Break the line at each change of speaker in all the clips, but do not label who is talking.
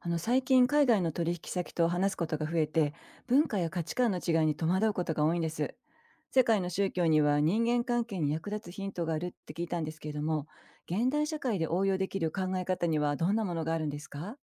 最近海外の取引先と話すことが増えて、文化や価値観の違いに戸惑うことが多いんです。世界の宗教には人間関係に役立つヒントがあるって聞いたんですけれども、現代社会で応用できる考え方にはどんなものがあるんですか？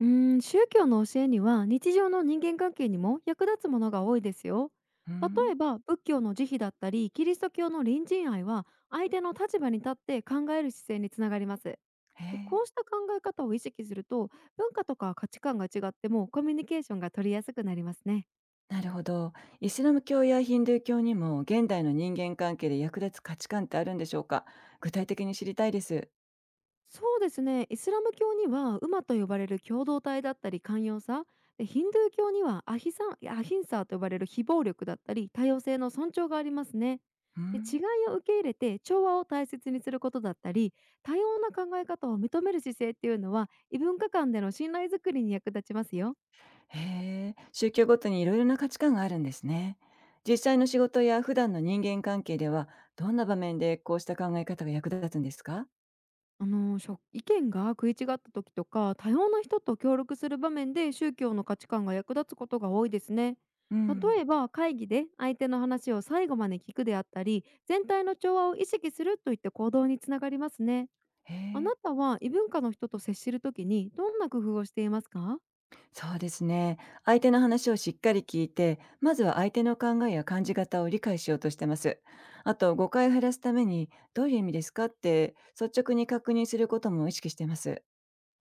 宗教の教えには日常の人間関係にも役立つものが多いですよ。
うー
例
ん。
えば仏教の慈悲だったりキリスト教の隣人愛は相手の立場に立って考える姿勢につながります。
へ
こ
え。
うした考え方を意識すると、文化とか価値観が違ってもコミュニケーションが取りやすくなりますね。
なるほど。イスラム教やヒンドゥー教にも現代の人間関係で役立つ価値観ってあるんでしょうか？具体的に知りたいです。
そうですね、イスラム教にはウマと呼ばれる共同体だったり寛容さ、でヒンドゥー教にはアヒサンアヒンサーと呼ばれる非暴力だったり多様性の尊重がありますね。
うー
で、違
ん。
いを受け入れて調和を大切にすることだったり、多様な考え方を認める姿勢っていうのは異文化間での信頼づくりに役立ちますよ。
へえ、宗教ごとにいろいろな価値観があるんですね。実際の仕事や普段の人間関係では、どんな場面でこうした考え方が役立つんですか？
あのしょ意見が食い違った時とか多様な人と協力する場面で宗教の価値観が役立つことが多いですね。
うん。
例えば会議で相手の話を最後まで聞くであったり全体の調和を意識するといった行動につながりますね。
へ
あな
え、
たは異文化の人と接する時にどんな工夫をしていますか？
そうですね。相手の話をしっかり聞いて、まずは相手の考えや感じ方を理解しようとしてます。あと、誤解を減らすために、どういう意味ですかって率直に確認することも意識してます。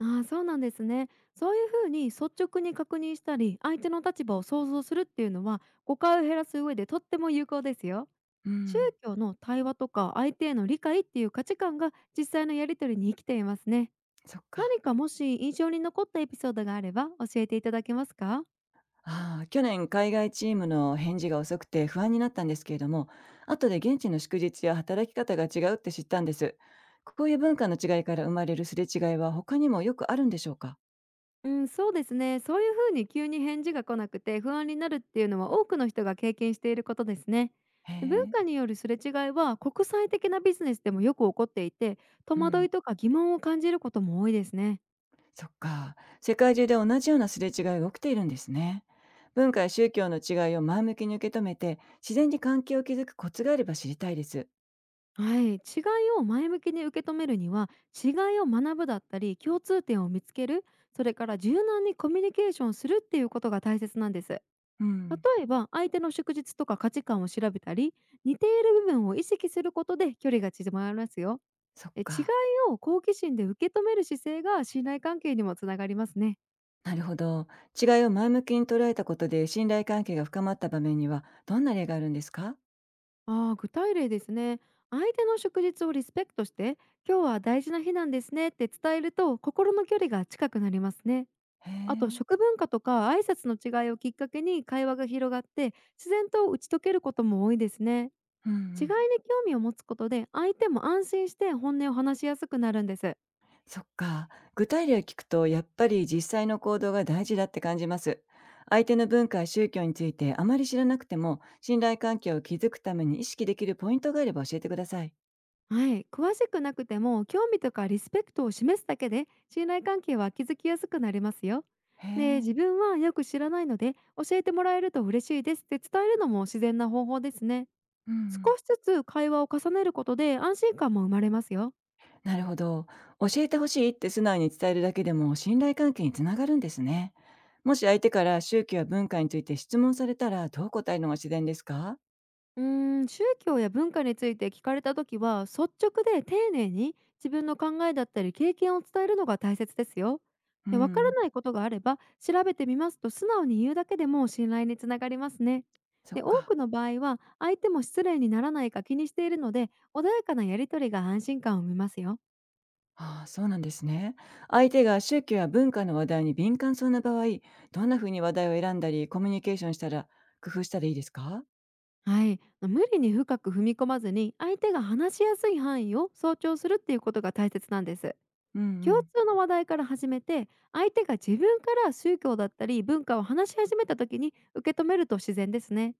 そうなんですね。そういうふうに率直に確認したり相手の立場を想像するっていうのは誤解を減らす上でとっても有効ですよ。
う
宗
ん、
教の対話とか相手への理解っていう価値観が実際のやり取りに生きていますね。
そっか。
何かもし印象に残ったエピソードがあれば教えていただけますか？
ああ、去年海外チームの返事が遅くて不安になったんですけれども、後で現地の祝日や働き方が違うって知ったんです。こういう文化の違いから生まれるすれ違いは他にもよくあるんでしょうか？
うん、そうですね。そういうふうに急に返事が来なくて不安になるっていうのは多くの人が経験していることですね。
へ
文
え、
化によるすれ違いは国際的なビジネスでもよく起こっていて、戸
うん、
惑いとか疑問を感じることも多いですね。
そっか。世界中で同じようなすれ違いが起きているんですね。文化や宗教の違いを前向きに受け止めて、自然に関係を築くコツがあれば知りたいです。
はい、違いを前向きに受け止めるには、違いを学ぶだったり共通点を見つける、それから柔軟にコミュニケーションするっていうことが大切なんです。例
うん、
えば相手の祝日とか価値観を調べたり、似ている部分を意識することで距離が縮まりますよ。
そっ
違い
か。
を好奇心で受け止める姿勢が信頼関係にもつながりますね。
なるほど。違いを前向きに捉えたことで信頼関係が深まった場面にはどんな例があるんですか？
具体例ですね。相手の祝日をリスペクトして、今日は大事な日なんですねって伝えると心の距離が近くなりますね。
へ
あと
え。
食文化とか挨拶の違いをきっかけに会話が広がって、自然と打ち解けることも多いですね。
うんう
違いに興
ん。
味を持つことで相手も安心して本音を話しやすくなるんです。
そっか。具体例を聞くとやっぱり実際の行動が大事だって感じます。相手の文化や宗教についてあまり知らなくても信頼関係を築くために意識できるポイントがあれば教えてください。
はい、詳しくなくても興味とかリスペクトを示すだけで信頼関係は築きやすくなりますよ。
へ
で、
え。
自分はよく知らないので教えてもらえると嬉しいですって伝えるのも自然な方法ですね。
うんう
少
ん。
しずつ会話を重ねることで安心感も生まれますよ。
なるほど。教えてほしいって素直に伝えるだけでも信頼関係につながるんですね。もし相手から宗教や文化について質問されたらどう答えるのが自然ですか？
うー宗教や文化について聞かれた時は率直で丁寧に自分の考えだったり経験を伝えるのが大切ですよ。
う
で、わから
ん、
ないことがあれば調べてみますと素直に言うだけでも信頼につながりますね。
そっ
で、多
か。
くの場合は相手も失礼にならないか気にしているので穏やかなやり取りが安心感を生みますよ。
ああ、そうなんですね。相手が宗教や文化の話題に敏感そうな場合、どんなふうに話題を選んだり、コミュニケーションしたら、工夫したらいいですか？
はい、無理に深く踏み込まずに相手が話しやすい範囲を尊重するっていうことが大切なんです。
うんう
共
ん。
通の話題から始めて相手が自分から宗教だったり文化を話し始めた時に受け止めると自然ですね。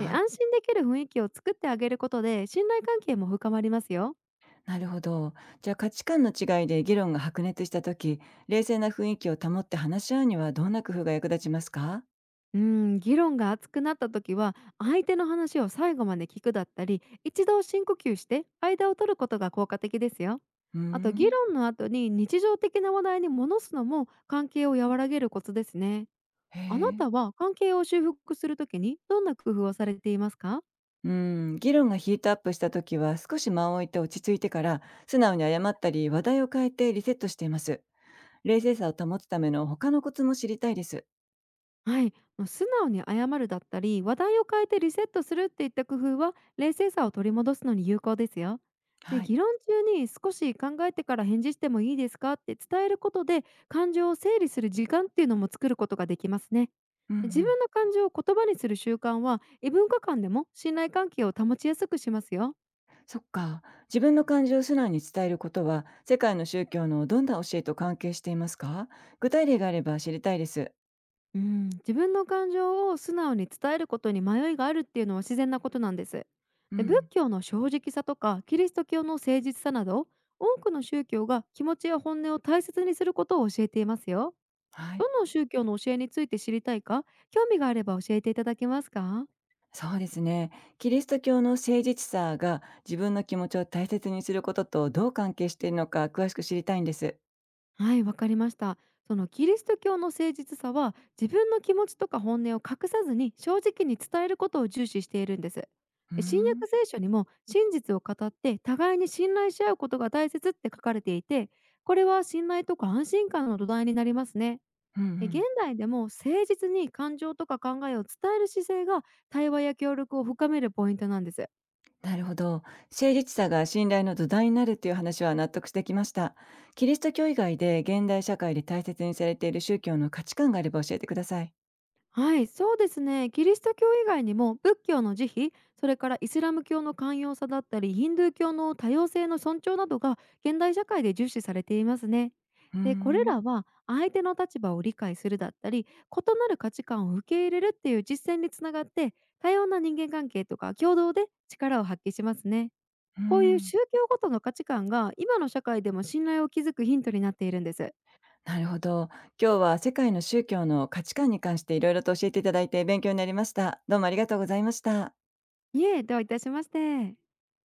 い。
安心できる雰囲気を作ってあげることで信頼関係も深まりますよ。
なるほど。じゃあ価値観の違いで議論が白熱した時、冷静な雰囲気を保って話し合うにはどんな工夫が役立ちますか？
うん、議論が熱くなった時は相手の話を最後まで聞くだったり一度深呼吸して間を取ることが効果的ですよ。
うー
あと議
ん。
論の後に日常的な話題に戻すのも関係を和らげるコツですね。
へ
あな
え。
たは関係を修復するときにどんな工夫をされていますか？
うん、議論がヒートアップした時は少し間を置いて落ち着いてから素直に謝ったり話題を変えてリセットしています。冷静さを保つための他のコツも知りたいです。
はい、もう素直に謝るだったり話題を変えてリセットするっていった工夫は冷静さを取り戻すのに有効ですよ。で、
はい。
議論中に少し考えてから返事してもいいですかって伝えることで感情を整理する時間っていうのも作ることができますね。
うんう
自
ん。
分の感情を言葉にする習慣は異文化間でも信頼関係を保ちやすくしますよ。
そっか。自分の感情を素直に伝えることは世界の宗教のどんな教えと関係していますか？具体例があれば知りたいです。
うん、自分の感情を素直に伝えることに迷いがあるっていうのは自然なことなんです。
う
で仏
ん。
教の正直さとかキリスト教の誠実さなど、多くの宗教が気持ちや本音を大切にすることを教えていますよ。
はい。
どの宗教の教えについて知りたいか、興味があれば教えていただけますか？
そうですね。キリスト教の誠実さが自分の気持ちを大切にすることとどう関係しているのか詳しく知りたいんです。
はい、わかりました。そのキリスト教の誠実さは自分の気持ちとか本音を隠さずに正直に伝えることを重視しているんです。
うー
で、新
ん。
約聖書にも真実を語って互いに信頼し合うことが大切って書かれていて、これは信頼とか安心感の土台になりますね。
うんう
で、現
ん、
代でも誠実に感情とか考えを伝える姿勢が対話や協力を深めるポイントなんです。
なるほど。誠実さが信頼の土台になるっていう話は納得できました。キリスト教以外で現代社会で大切にされている宗教の価値観があれば教えてください。
はい、そうですね。キリスト教以外にも仏教の慈悲、それからイスラム教の寛容さだったり、ヒンドゥー教の多様性の尊重などが現代社会で重視されていますね。
うー
で、これ
ん、
らは相手の立場を理解するだったり、異なる価値観を受け入れるっていう実践につながって、多様な人間関係とか共同で力を発揮しますね。
うー
こういう
ん、
宗教ごとの価値観が今の社会でも信頼を築くヒントになっているんです。
なるほど。今日は世界の宗教の価値観に関していろいろと教えていただいて勉強になりました。どうもありがとうございました。
いえ、どういたしまして。